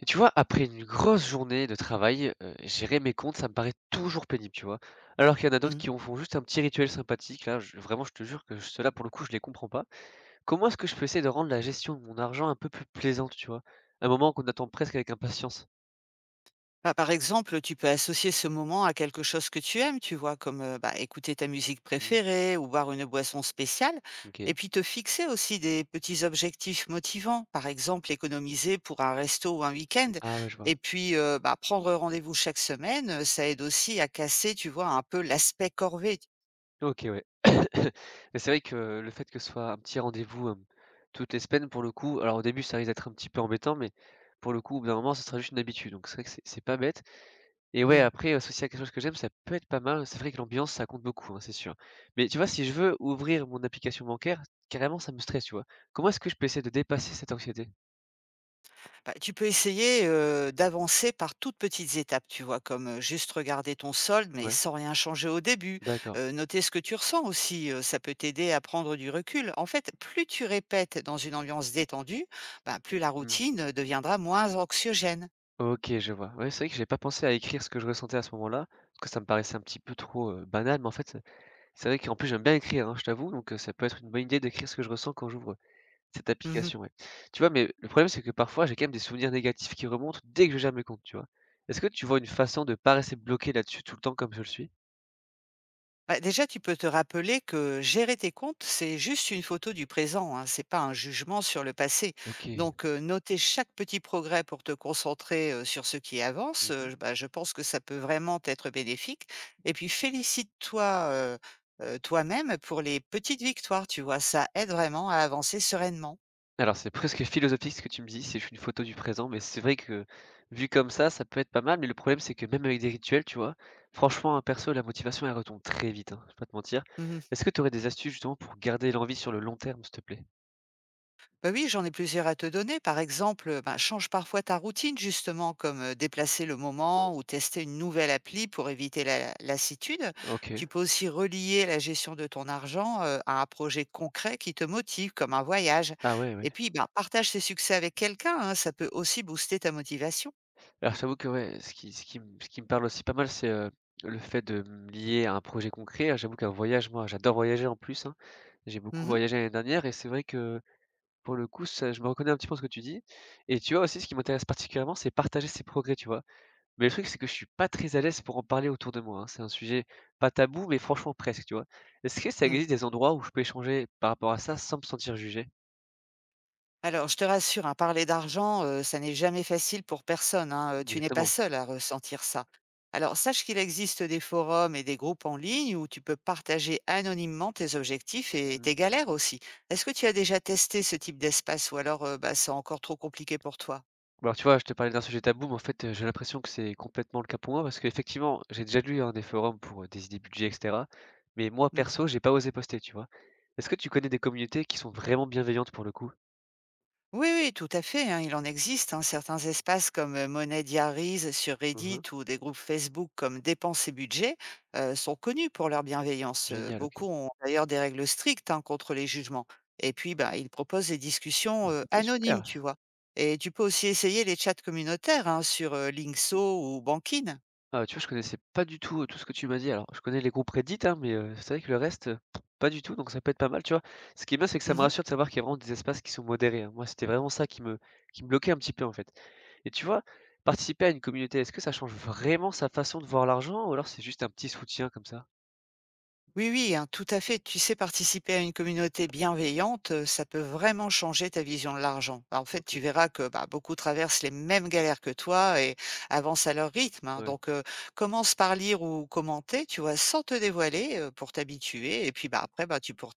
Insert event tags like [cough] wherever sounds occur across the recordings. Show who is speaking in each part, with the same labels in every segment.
Speaker 1: Et tu vois, après une grosse journée de travail, gérer mes comptes, ça me paraît toujours pénible, tu vois? Alors qu'il y en a d'autres
Speaker 2: Mmh.
Speaker 1: qui en font juste un petit rituel sympathique, là, je vraiment, je te jure que cela, pour le coup, je les comprends pas. Comment est-ce que je peux essayer de rendre la gestion de mon argent un peu plus plaisante, tu vois? Un moment qu'on attend presque avec impatience.
Speaker 2: Bah, par exemple, tu peux associer ce moment à quelque chose que tu aimes, tu vois, comme, bah, écouter ta musique
Speaker 1: Mmh,
Speaker 2: préférée ou boire une boisson spéciale
Speaker 1: OK.
Speaker 2: et puis te fixer aussi des petits objectifs motivants. Par exemple, économiser pour un resto ou un week-end
Speaker 1: Ah ouais, je vois.
Speaker 2: et puis, bah, prendre rendez-vous chaque semaine, ça aide aussi à casser, tu vois, un peu l'aspect corvée.
Speaker 1: OK, ouais. [laughs] [coughs] Mais c'est vrai que le fait que ce soit un petit rendez-vous, toutes les semaines, pour le coup alors au début, ça risque d'être un petit peu embêtant, mais pour le coup, au bout d'un moment, ce sera juste une habitude, donc c'est vrai que c'est pas bête. Et ouais,
Speaker 2: Mmh.
Speaker 1: après, associé à quelque chose que j'aime, ça peut être pas mal. C'est vrai que l'ambiance, ça compte beaucoup, hein, c'est sûr. Mais tu vois, si je veux ouvrir mon application bancaire, carrément, ça me stresse, tu vois? Comment est-ce que je peux essayer de dépasser cette anxiété?
Speaker 2: Bah, tu peux essayer, d'avancer par toutes petites étapes, tu vois? Comme, juste regarder ton solde, mais
Speaker 1: Ouais,
Speaker 2: sans rien changer au début.
Speaker 1: d'accord.
Speaker 2: Noter ce que tu ressens aussi, ça peut t'aider à prendre du recul. En fait, plus tu répètes dans une ambiance détendue, bah, plus la
Speaker 1: Mmh.
Speaker 2: routine, deviendra moins anxiogène.
Speaker 1: Ok, je vois. Ouais, c'est vrai que j'ai pas pensé à écrire ce que je ressentais à ce moment-là, parce que ça me paraissait un petit peu trop, banal, mais en fait, c'est vrai qu'en plus, j'aime bien écrire, hein, je t'avoue, donc ça peut être une bonne idée d'écrire ce que je ressens quand j'ouvre cette
Speaker 2: Mmh.
Speaker 1: application, ouais. Tu vois, mais le problème, c'est que parfois, j'ai quand même des souvenirs négatifs qui remontent dès que je gère mes comptes, tu vois? Est-ce que tu vois une façon de pas rester bloqué là-dessus tout le temps comme je le suis?
Speaker 2: Bah, déjà, tu peux te rappeler que gérer tes comptes, c'est juste une photo du présent, hein, c'est pas un jugement sur le passé.
Speaker 1: OK.
Speaker 2: Donc, noter chaque petit progrès pour te concentrer sur ce qui avance,
Speaker 1: Mmh.
Speaker 2: bah, je pense que ça peut vraiment être bénéfique. Et puis, félicite-toi euh, euh, toi-même pour les petites victoires, tu vois, ça aide vraiment à avancer sereinement.
Speaker 1: Alors c'est presque [laughs] philosophique ce que tu me dis, c'est juste une photo du présent, mais c'est vrai que vu comme ça peut être pas mal, mais le problème, c'est que même avec des rituels, tu vois? Franchement, hein, perso, la motivation, elle retombe très vite, hein, je vais pas te mentir.
Speaker 2: Mhm.
Speaker 1: Est-ce que tu aurais des astuces justement pour garder l'envie sur le long terme, s'il te plaît?
Speaker 2: Bah oui, j'en ai plusieurs à te donner. Par exemple, bah, change parfois ta routine, justement, comme déplacer le moment ou tester une nouvelle appli pour éviter la lassitude.
Speaker 1: OK.
Speaker 2: Tu peux aussi relier la gestion de ton argent à un projet concret qui te motive, comme un voyage.
Speaker 1: Ah ouais, ouais.
Speaker 2: Et puis, bah, partage tes succès avec quelqu'un, hein, ça peut aussi booster ta motivation.
Speaker 1: Alors j'avoue que ouais, ce qui me parle aussi pas mal, c'est, le fait de me lier à un projet concret. Hein, j'avoue qu'un voyage, moi, j'adore voyager en plus, hein. J'ai beaucoup
Speaker 2: Mhm,
Speaker 1: voyagé l'année dernière et c'est vrai que, pour le coup, ça je me reconnais un petit peu dans ce que tu dis et tu vois aussi ce qui m'intéresse particulièrement, c'est partager ses progrès, tu vois? Mais le truc, c'est que je suis pas très à l'aise pour en parler autour de moi, hein. C'est un sujet pas tabou, mais franchement presque, tu vois? Est-ce que ça
Speaker 2: mhm.
Speaker 1: existe des endroits où je peux échanger par rapport à ça sans me sentir jugé?
Speaker 2: Alors, je te rassure, hein, parler d'argent, ça n'est jamais facile pour personne, hein, tu n'es pas
Speaker 1: Exactement.
Speaker 2: seul à ressentir ça. Alors, sache qu'il existe des forums et des groupes en ligne où tu peux partager anonymement tes objectifs et
Speaker 1: Mmh.
Speaker 2: tes galères aussi. Est-ce que tu as déjà testé ce type d'espace ou alors, bah, c'est encore trop compliqué pour toi?
Speaker 1: Bah, alors, tu vois, je te parlais d'un sujet tabou, mais en fait, j'ai l'impression que c'est complètement le cas pour moi parce qu'effectivement, j'ai déjà lu, hein, des forums pour, des idées budget et cetera, mais moi
Speaker 2: Mmh.
Speaker 1: perso, j'ai pas osé poster, tu vois? Est-ce que tu connais des communautés qui sont vraiment bienveillantes pour le coup?
Speaker 2: Oui, oui, tout à fait, hein, il en existe, hein, certains espaces comme Money Diaries sur Reddit
Speaker 1: Mmh.
Speaker 2: ou des groupes Facebook comme Dépenses et Budget sont connus pour leur bienveillance.
Speaker 1: Génial, OK.
Speaker 2: Beaucoup ont d'ailleurs des règles strictes, hein, contre les jugements. Et puis, bah, ils proposent des discussions
Speaker 1: OK,
Speaker 2: anonymes,
Speaker 1: super.
Speaker 2: tu vois. Et tu peux aussi essayer les chats communautaires, hein, sur Linkso ou Bankin.
Speaker 1: Ah, tu vois, je connaissais pas du tout, tout ce que tu m'as dit. Alors, je connais les groupes Reddit, hein, mais c'est vrai que le reste, pas du tout, donc ça peut être pas mal, tu vois? Ce qui est bien, c'est que ça me
Speaker 2: Mhm.
Speaker 1: rassure de savoir qu'il y a vraiment des espaces qui sont modérés, hein. Moi, c'était vraiment ça qui me bloquait un petit peu, en fait. Et tu vois, participer à une communauté, est-ce que ça change vraiment sa façon de voir l'argent ou alors c'est juste un petit soutien comme ça?
Speaker 2: Oui, oui, hein, tout à fait. Tu sais, participer à une communauté bienveillante, ça peut vraiment changer ta vision de l'argent. Bah, en fait,
Speaker 1: OK,
Speaker 2: tu verras que bah, beaucoup traversent les mêmes galères que toi et avancent à leur rythme, hein.
Speaker 1: ouais.
Speaker 2: Donc, commence par lire ou commenter, tu vois, sans te dévoiler pour t'habituer. Et puis, bah, après, bah,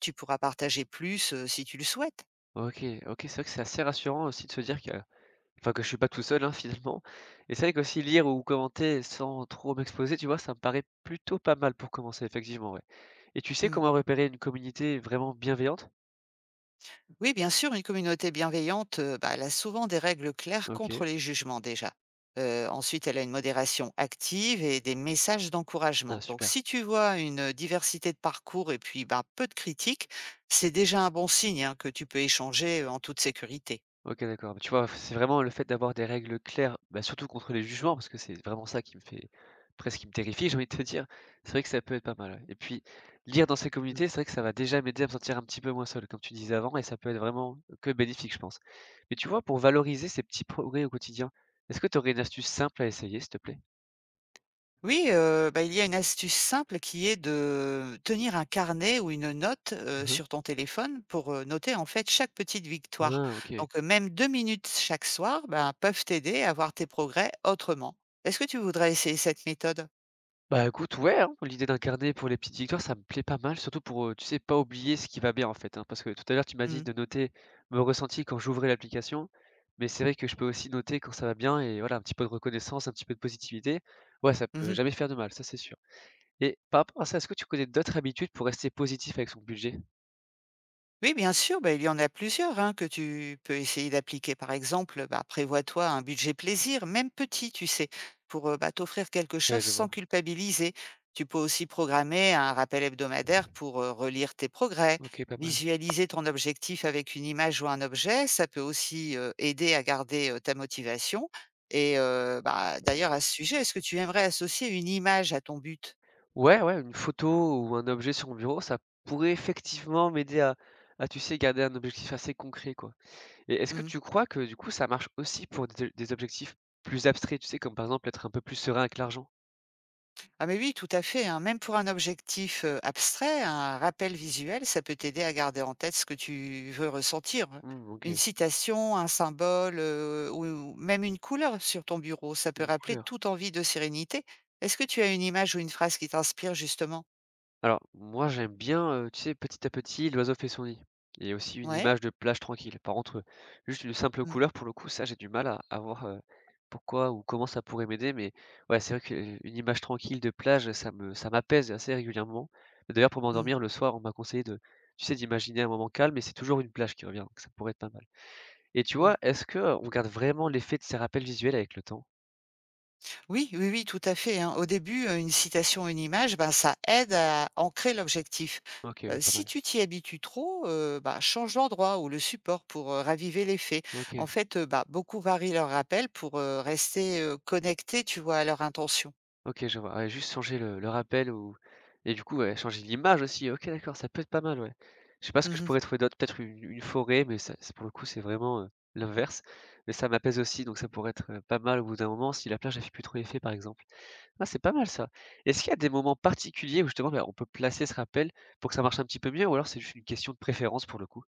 Speaker 2: tu pourras partager plus si tu le souhaites.
Speaker 1: OK, OK, c'est vrai que c'est assez rassurant aussi de se dire que enfin, que je suis pas tout seul, hein, [laughs] finalement. Et c'est vrai qu'aussi lire ou commenter sans trop m'exposer, tu vois, ça me paraît plutôt pas mal pour commencer, effectivement, ouais. Et tu sais
Speaker 2: Hmm.
Speaker 1: comment repérer une communauté vraiment bienveillante?
Speaker 2: Oui, bien sûr, une communauté bienveillante, bah, elle a souvent des règles claires
Speaker 1: OK.
Speaker 2: contre les jugements déjà. Ensuite, elle a une modération active et des messages
Speaker 1: Ah
Speaker 2: d'encouragement. Donc,
Speaker 1: super.
Speaker 2: si tu vois une diversité de parcours et puis bah, peu de critiques, c'est déjà un bon signe, hein, que tu peux échanger en toute sécurité.
Speaker 1: OK, d'accord. Bah, tu vois, c'est vraiment le fait d'avoir des règles claires, bah, surtout contre les jugements, parce que c'est vraiment ça qui me fait presque qui me terrifie, [laughs] j'ai envie de te dire. C'est vrai que ça peut être pas mal, ouais. Et puis, lire dans ces communautés, c'est vrai que ça va déjà m'aider à me sentir un petit peu moins seul, comme tu disais avant, et ça peut être vraiment que bénéfique, je pense. Mais tu vois, pour valoriser ces petits progrès au quotidien, est-ce que tu aurais une astuce simple à essayer, s'il te plaît?
Speaker 2: Oui, bah, il y a une astuce simple qui est de tenir un carnet ou une note,
Speaker 1: Mmh.
Speaker 2: sur ton téléphone pour, noter en fait chaque petite victoire.
Speaker 1: Ah OK.
Speaker 2: Donc, même 2 minutes chaque soir, ben, peuvent t'aider à voir tes progrès autrement. Est-ce que tu voudrais essayer cette méthode?
Speaker 1: Bah, écoute, ouais, hein, l'idée d'incarner pour les petites victoires, ça me plaît pas mal, surtout pour, tu sais, pas oublier ce qui va bien, en fait, hein. Parce que tout à l'heure, tu m'as dit
Speaker 2: Mmh.
Speaker 1: de noter mon ressenti quand j'ouvrais l'application, mais c'est vrai que je peux aussi noter quand ça va bien et voilà, un petit peu de reconnaissance, un petit peu de positivité. Ouais, ça peut
Speaker 2: Mmh.
Speaker 1: jamais faire de mal, ça, c'est sûr. Et par rapport à ça, est-ce que tu connais d'autres habitudes pour rester positif avec son budget?
Speaker 2: Oui, bien sûr, bah, il y en a plusieurs, hein, que tu peux essayer d'appliquer. Par exemple, bah, prévois-toi un budget plaisir, même petit, tu sais, pour bah, t'offrir quelque
Speaker 1: Ouais,
Speaker 2: chose
Speaker 1: je vois.
Speaker 2: sans culpabiliser. Tu peux aussi programmer un rappel hebdomadaire pour relire tes progrès.
Speaker 1: OK, pas mal.
Speaker 2: Visualiser ton objectif avec une image ou un objet, ça peut aussi aider à garder ta motivation. Et bah, d'ailleurs, à ce sujet, est-ce que tu aimerais associer une image à ton but?
Speaker 1: Ouais, ouais, une photo ou un objet sur mon bureau, ça pourrait effectivement m'aider à, tu sais, garder un objectif assez concret, quoi. Et est-ce que
Speaker 2: Mhm.
Speaker 1: tu crois que du coup ça marche aussi pour des objectifs plus abstraits, tu sais, comme par exemple être un peu plus serein avec l'argent?
Speaker 2: Ah mais oui, tout à fait, hein. Même pour un objectif, abstrait, un rappel visuel, ça peut t'aider à garder en tête ce que tu veux ressentir, hein.
Speaker 1: Mmh,
Speaker 2: Une
Speaker 1: OK,
Speaker 2: citation, un symbole, ou même une couleur sur ton bureau, ça peut
Speaker 1: une
Speaker 2: rappeler
Speaker 1: couleur.
Speaker 2: toute envie de sérénité. Est-ce que tu as une image ou une phrase qui t'inspire justement?
Speaker 1: Alors moi j'aime bien, tu sais, petit à petit, l'oiseau fait son nid et aussi une
Speaker 2: Ouais?
Speaker 1: image de plage tranquille. Par contre, juste une simple
Speaker 2: Mmh.
Speaker 1: couleur pour le coup, ça j'ai du mal à voir, pourquoi ou comment ça pourrait m'aider, mais ouais, c'est vrai qu'une image tranquille de plage, ça me ça m'apaise assez régulièrement. D'ailleurs pour
Speaker 2: Mmh.
Speaker 1: m'endormir le soir, on m'a conseillé de tu sais, d'imaginer un moment calme et c'est toujours une plage qui revient, donc ça pourrait être pas mal. Et tu
Speaker 2: Mmh.
Speaker 1: vois, est-ce que on garde vraiment l'effet de ces rappels visuels avec le temps?
Speaker 2: Oui, oui, oui, tout à fait, hein. Au début, une citation, une image, ben, ça aide à ancrer l'objectif.
Speaker 1: OK, ouais, pas
Speaker 2: Si
Speaker 1: mal.
Speaker 2: tu t'y habitues trop, bah, change l'endroit ou le support pour, raviver l'effet.
Speaker 1: OK,
Speaker 2: En fait, bah, beaucoup varient leur rappel pour, rester, connectés, tu vois, à leur intention.
Speaker 1: OK, je vois. Ouais, juste changer le rappel ou et du coup, ouais, changer l'image aussi. OK, d'accord, ça peut être pas mal, ouais. Je sais pas ce que je
Speaker 2: Mmh.
Speaker 1: pourrais trouver d'autre, peut-être une forêt, mais ça c'est pour le coup, c'est vraiment, l'inverse. Mais ça m'apaise aussi, donc ça pourrait être, pas mal au bout d'un moment si la plage, elle fait plus trop effet, par exemple. Ah, c'est pas mal ça. Est-ce qu'il y a des moments particuliers où justement, bah, on peut placer ce rappel pour que ça marche un petit peu mieux ou alors c'est juste une question de préférence pour le coup?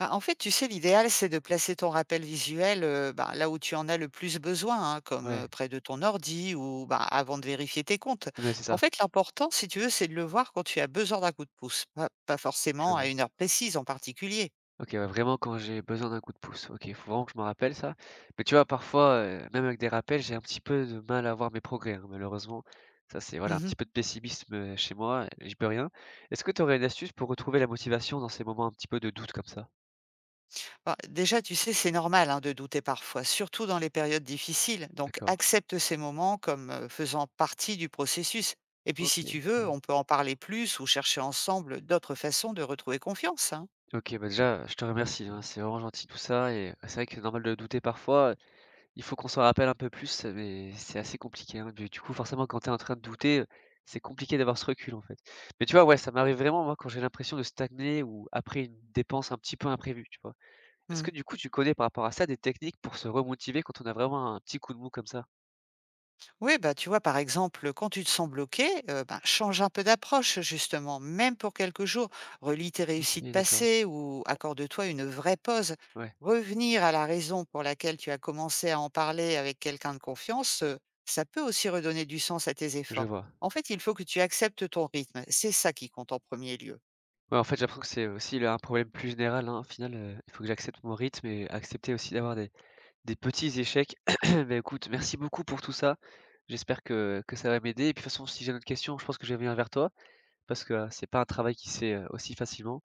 Speaker 2: Bah, en fait, tu sais, l'idéal, c'est de placer ton rappel visuel bah, là où tu en as le plus besoin, hein, comme
Speaker 1: Ouais,
Speaker 2: près de ton ordi ou bah, avant de vérifier tes comptes.
Speaker 1: mais c'est
Speaker 2: En
Speaker 1: ça,
Speaker 2: fait, l'important, si tu veux, c'est de le voir quand tu as besoin d'un coup de pouce, pas forcément
Speaker 1: je
Speaker 2: à une heure précise en particulier.
Speaker 1: OK, ouais, vraiment quand j'ai besoin d'un coup de pouce. OK, il faut vraiment que je me rappelle ça. Mais tu vois, parfois, même avec des rappels, j'ai un petit peu de mal à voir mes progrès, hein, malheureusement. Ça, c'est voilà, un petit
Speaker 2: Mhm.
Speaker 1: peu de pessimisme, chez moi et j'y peux rien. Est-ce que tu aurais une astuce pour retrouver la motivation dans ces moments un petit peu de doute comme ça?
Speaker 2: Bah, déjà, tu sais, c'est normal, hein, de douter parfois, surtout dans les périodes difficiles. Donc,
Speaker 1: D'accord,
Speaker 2: accepte ces moments comme faisant partie du processus. Et puis, si
Speaker 1: OK.
Speaker 2: tu veux, on peut en parler plus ou chercher ensemble d'autres façons de retrouver confiance, hein.
Speaker 1: OK, bah, déjà, je te remercie, hein, c'est vraiment gentil tout ça et bah, c'est vrai que c'est normal de douter parfois. Il faut qu'on s'en rappelle un peu plus, mais c'est assez compliqué, hein. Du coup, forcément, quand tu es en train de douter, c'est compliqué d'avoir ce recul, en fait. Mais tu vois, ouais, ça m'arrive vraiment, moi, quand j'ai l'impression de stagner ou après une dépense un petit peu imprévue, tu vois? Est-ce
Speaker 2: Hmm.
Speaker 1: que, du coup, tu connais par rapport à ça des techniques pour se remotiver quand on a vraiment un petit coup de mou comme ça?
Speaker 2: Oui, bah, tu vois, par exemple, quand tu te sens bloqué, ben, change un peu d'approche, justement, même pour quelques jours. Relis tes réussites
Speaker 1: OK, d'accord.
Speaker 2: passées ou accorde-toi une vraie pause.
Speaker 1: Ouais,
Speaker 2: Revenir à la raison pour laquelle tu as commencé à en parler avec quelqu'un de confiance, ça peut aussi redonner du sens à tes
Speaker 1: je
Speaker 2: efforts.
Speaker 1: vois.
Speaker 2: En fait, il faut que tu acceptes ton rythme. C'est ça qui compte en premier lieu.
Speaker 1: Ouais, en fait, j'ai l'impression que c'est aussi là un problème plus général, hein. Au final, il faut que j'accepte mon rythme et accepter aussi d'avoir des petits échecs. [clears throat] Bah, écoute, merci beaucoup pour tout ça. J'espère que ça va m'aider et puis, de toute façon, si j'ai d'autres questions, je pense que je vais venir vers toi parce que, c'est pas un travail qui se fait, aussi facilement.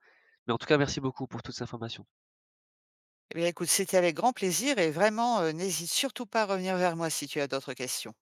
Speaker 1: Mais en tout cas, merci beaucoup pour toutes ces informations.
Speaker 2: Eh bien, écoute, c'était avec grand plaisir et vraiment, n'hésite surtout pas à revenir vers moi si tu as d'autres questions.